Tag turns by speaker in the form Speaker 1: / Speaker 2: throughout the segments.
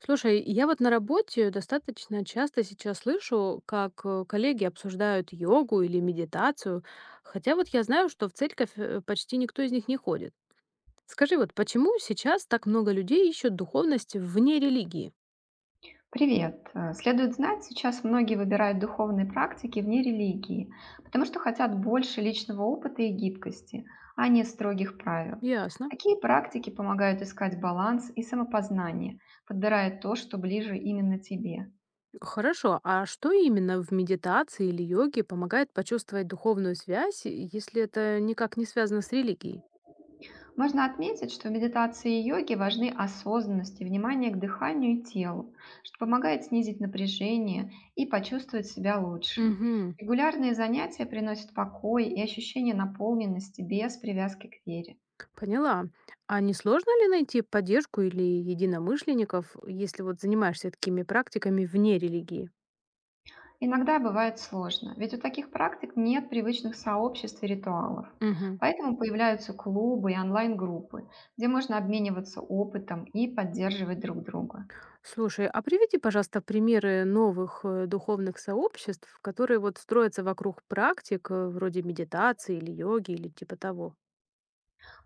Speaker 1: Слушай, я вот на работе достаточно часто сейчас слышу, как коллеги обсуждают йогу или медитацию, хотя вот я знаю, что в церковь почти никто из них не ходит. Скажи, вот почему сейчас так много людей ищут духовность вне религии?
Speaker 2: Привет! Следует знать, сейчас многие выбирают духовные практики вне религии, потому что хотят больше личного опыта и гибкости, а не строгих правил.
Speaker 1: Ясно.
Speaker 2: Такие практики помогают искать баланс и самопознание, подбирая то, что ближе именно тебе.
Speaker 1: Хорошо, а что именно в медитации или йоге помогает почувствовать духовную связь, если это никак не связано с религией?
Speaker 2: Можно отметить, что в медитации и йоге важны осознанность и внимание к дыханию и телу, что помогает снизить напряжение и почувствовать себя лучше.
Speaker 1: Угу.
Speaker 2: Регулярные занятия приносят покой и ощущение наполненности без привязки к вере.
Speaker 1: Поняла. А не сложно ли найти поддержку или единомышленников, если вот занимаешься такими практиками вне религии?
Speaker 2: Иногда бывает сложно, ведь у таких практик нет привычных сообществ и ритуалов.
Speaker 1: Мгм.
Speaker 2: Поэтому появляются клубы и онлайн-группы, где можно обмениваться опытом и поддерживать друг друга.
Speaker 1: Слушай, а приведи, пожалуйста, примеры новых духовных сообществ, которые вот строятся вокруг практик вроде медитации или йоги или типа того.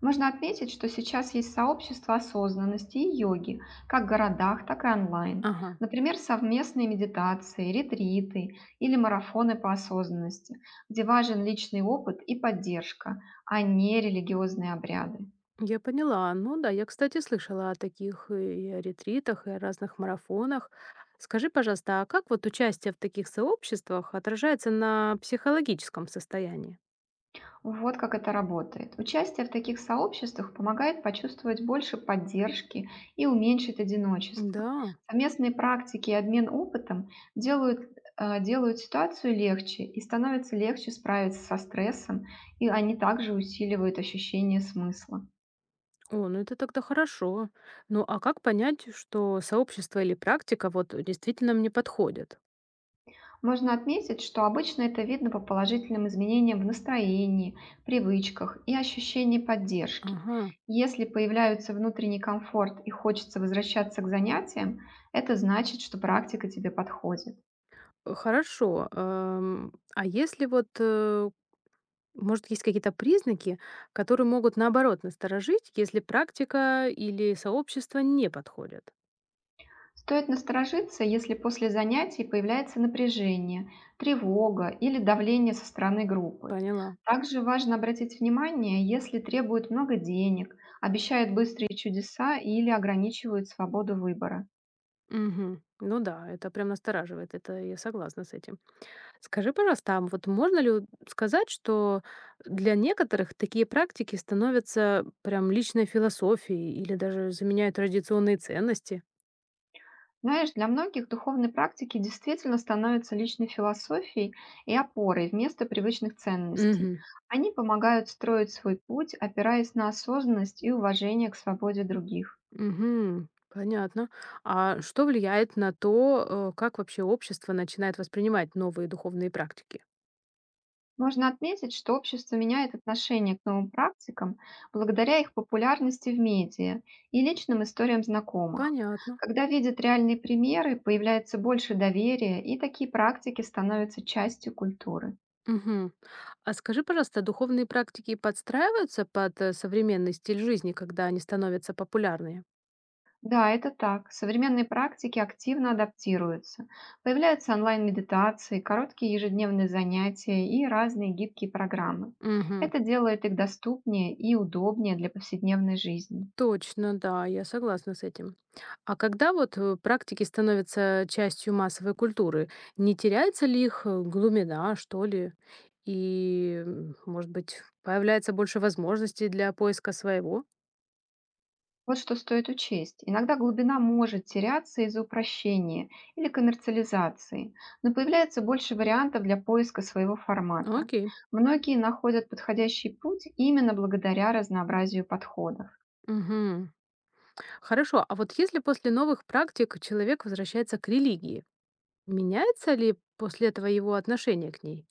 Speaker 2: Можно отметить, что сейчас есть сообщество осознанности и йоги, как в городах, так и онлайн.
Speaker 1: Ага,
Speaker 2: Например, совместные медитации, ретриты или марафоны по осознанности, где важен личный опыт и поддержка, а не религиозные обряды.
Speaker 1: я поняла. Ну да, я, кстати, слышала о таких и о ретритах, и о разных марафонах. Скажи, пожалуйста, а как вот участие в таких сообществах отражается на психологическом состоянии?
Speaker 2: Вот как это работает. Участие в таких сообществах помогает почувствовать больше поддержки и уменьшить одиночество.
Speaker 1: Да.
Speaker 2: Совместные практики и обмен опытом делают ситуацию легче и становится легче справиться со стрессом, и они также усиливают ощущение смысла.
Speaker 1: О, ну это тогда хорошо. Ну, а как понять, что сообщество или практика вот действительно мне подходят?
Speaker 2: Можно отметить, что обычно это видно по положительным изменениям в настроении, привычках и ощущении поддержки.
Speaker 1: Ага,
Speaker 2: Если появляются внутренний комфорт и хочется возвращаться к занятиям, это значит, что практика тебе подходит.
Speaker 1: хорошо. А если может, есть какие-то признаки, которые могут наоборот насторожить, если практика или сообщество не подходят?
Speaker 2: Стоит насторожиться, если после занятий появляется напряжение, тревога или давление со стороны группы.
Speaker 1: Поняла.
Speaker 2: Также важно обратить внимание, если требуют много денег, обещают быстрые чудеса или ограничивают свободу выбора.
Speaker 1: Мгм. Ну да, это прям настораживает, это я согласна с этим. Скажи, пожалуйста, а вот можно ли сказать, что для некоторых такие практики становятся прям личной философией или даже заменяют традиционные ценности?
Speaker 2: Знаешь, для многих духовные практики действительно становятся личной философией и опорой вместо привычных ценностей.
Speaker 1: Мгм.
Speaker 2: Они помогают строить свой путь, опираясь на осознанность и уважение к свободе других.
Speaker 1: Мгм. Понятно. А что влияет на то, как вообще общество начинает воспринимать новые духовные практики?
Speaker 2: Можно отметить, что общество меняет отношение к новым практикам благодаря их популярности в медиа и личным историям знакомых.
Speaker 1: Понятно.
Speaker 2: Когда видят реальные примеры, появляется больше доверия, и такие практики становятся частью культуры.
Speaker 1: Мгм. А скажи, пожалуйста, духовные практики подстраиваются под современный стиль жизни, когда они становятся популярными?
Speaker 2: Да, это так. Современные практики активно адаптируются. Появляются онлайн-медитации, короткие ежедневные занятия и разные гибкие программы. Это делает их доступнее и удобнее для повседневной жизни.
Speaker 1: Точно, да, я согласна с этим. А когда практики становятся частью массовой культуры, не теряется ли их глубина, что ли? И, может быть, появляется больше возможностей для поиска своего?
Speaker 2: Вот что стоит учесть. Иногда глубина может теряться из-за упрощения или коммерциализации, но появляется больше вариантов для поиска своего формата.
Speaker 1: Окей.
Speaker 2: Многие находят подходящий путь именно благодаря разнообразию подходов.
Speaker 1: Мгм. Хорошо. А вот если после новых практик человек возвращается к религии, меняется ли после этого его отношение к ней?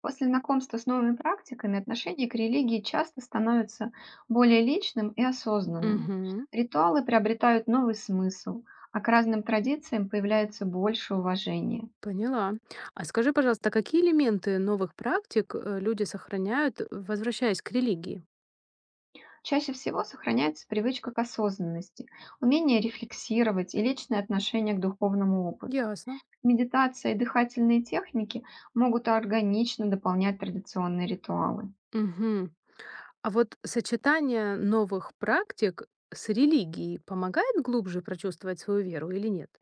Speaker 2: После знакомства с новыми практиками отношение к религии часто становится более личным и осознанным.
Speaker 1: Угу.
Speaker 2: Ритуалы приобретают новый смысл, а к разным традициям появляется больше уважения.
Speaker 1: Поняла. А скажи, пожалуйста, какие элементы новых практик люди сохраняют, возвращаясь к религии?
Speaker 2: Чаще всего сохраняется привычка к осознанности, умение рефлексировать и личное отношение к духовному опыту.
Speaker 1: Ясно.
Speaker 2: Медитация и дыхательные техники могут органично дополнять традиционные ритуалы.
Speaker 1: Мгм. А вот сочетание новых практик с религией помогает глубже прочувствовать свою веру или нет?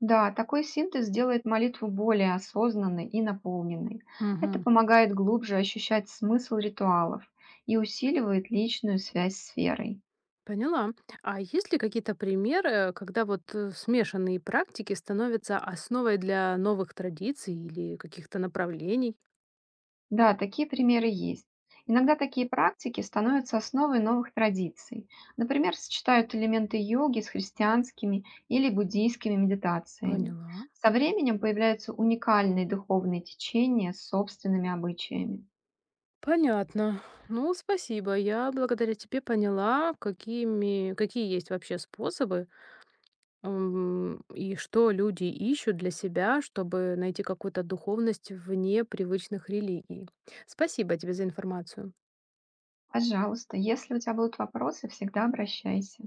Speaker 2: Да, такой синтез делает молитву более осознанной и наполненной. Это
Speaker 1: Мгм.
Speaker 2: помогает глубже ощущать смысл ритуалов и усиливает личную связь с верой.
Speaker 1: Поняла. А есть ли какие-то примеры, когда смешанные практики становятся основой для новых традиций или каких-то направлений?
Speaker 2: Да, такие примеры есть. Иногда такие практики становятся основой новых традиций. Например, сочетают элементы йоги с христианскими или буддийскими медитациями.
Speaker 1: Поняла.
Speaker 2: Со временем появляются уникальные духовные течения с собственными обычаями.
Speaker 1: Понятно. Ну, спасибо. Я благодаря тебе поняла, какие есть вообще способы и что люди ищут для себя, чтобы найти какую-то духовность вне привычных религий. Спасибо тебе за информацию.
Speaker 2: Пожалуйста, если у тебя будут вопросы, всегда обращайся.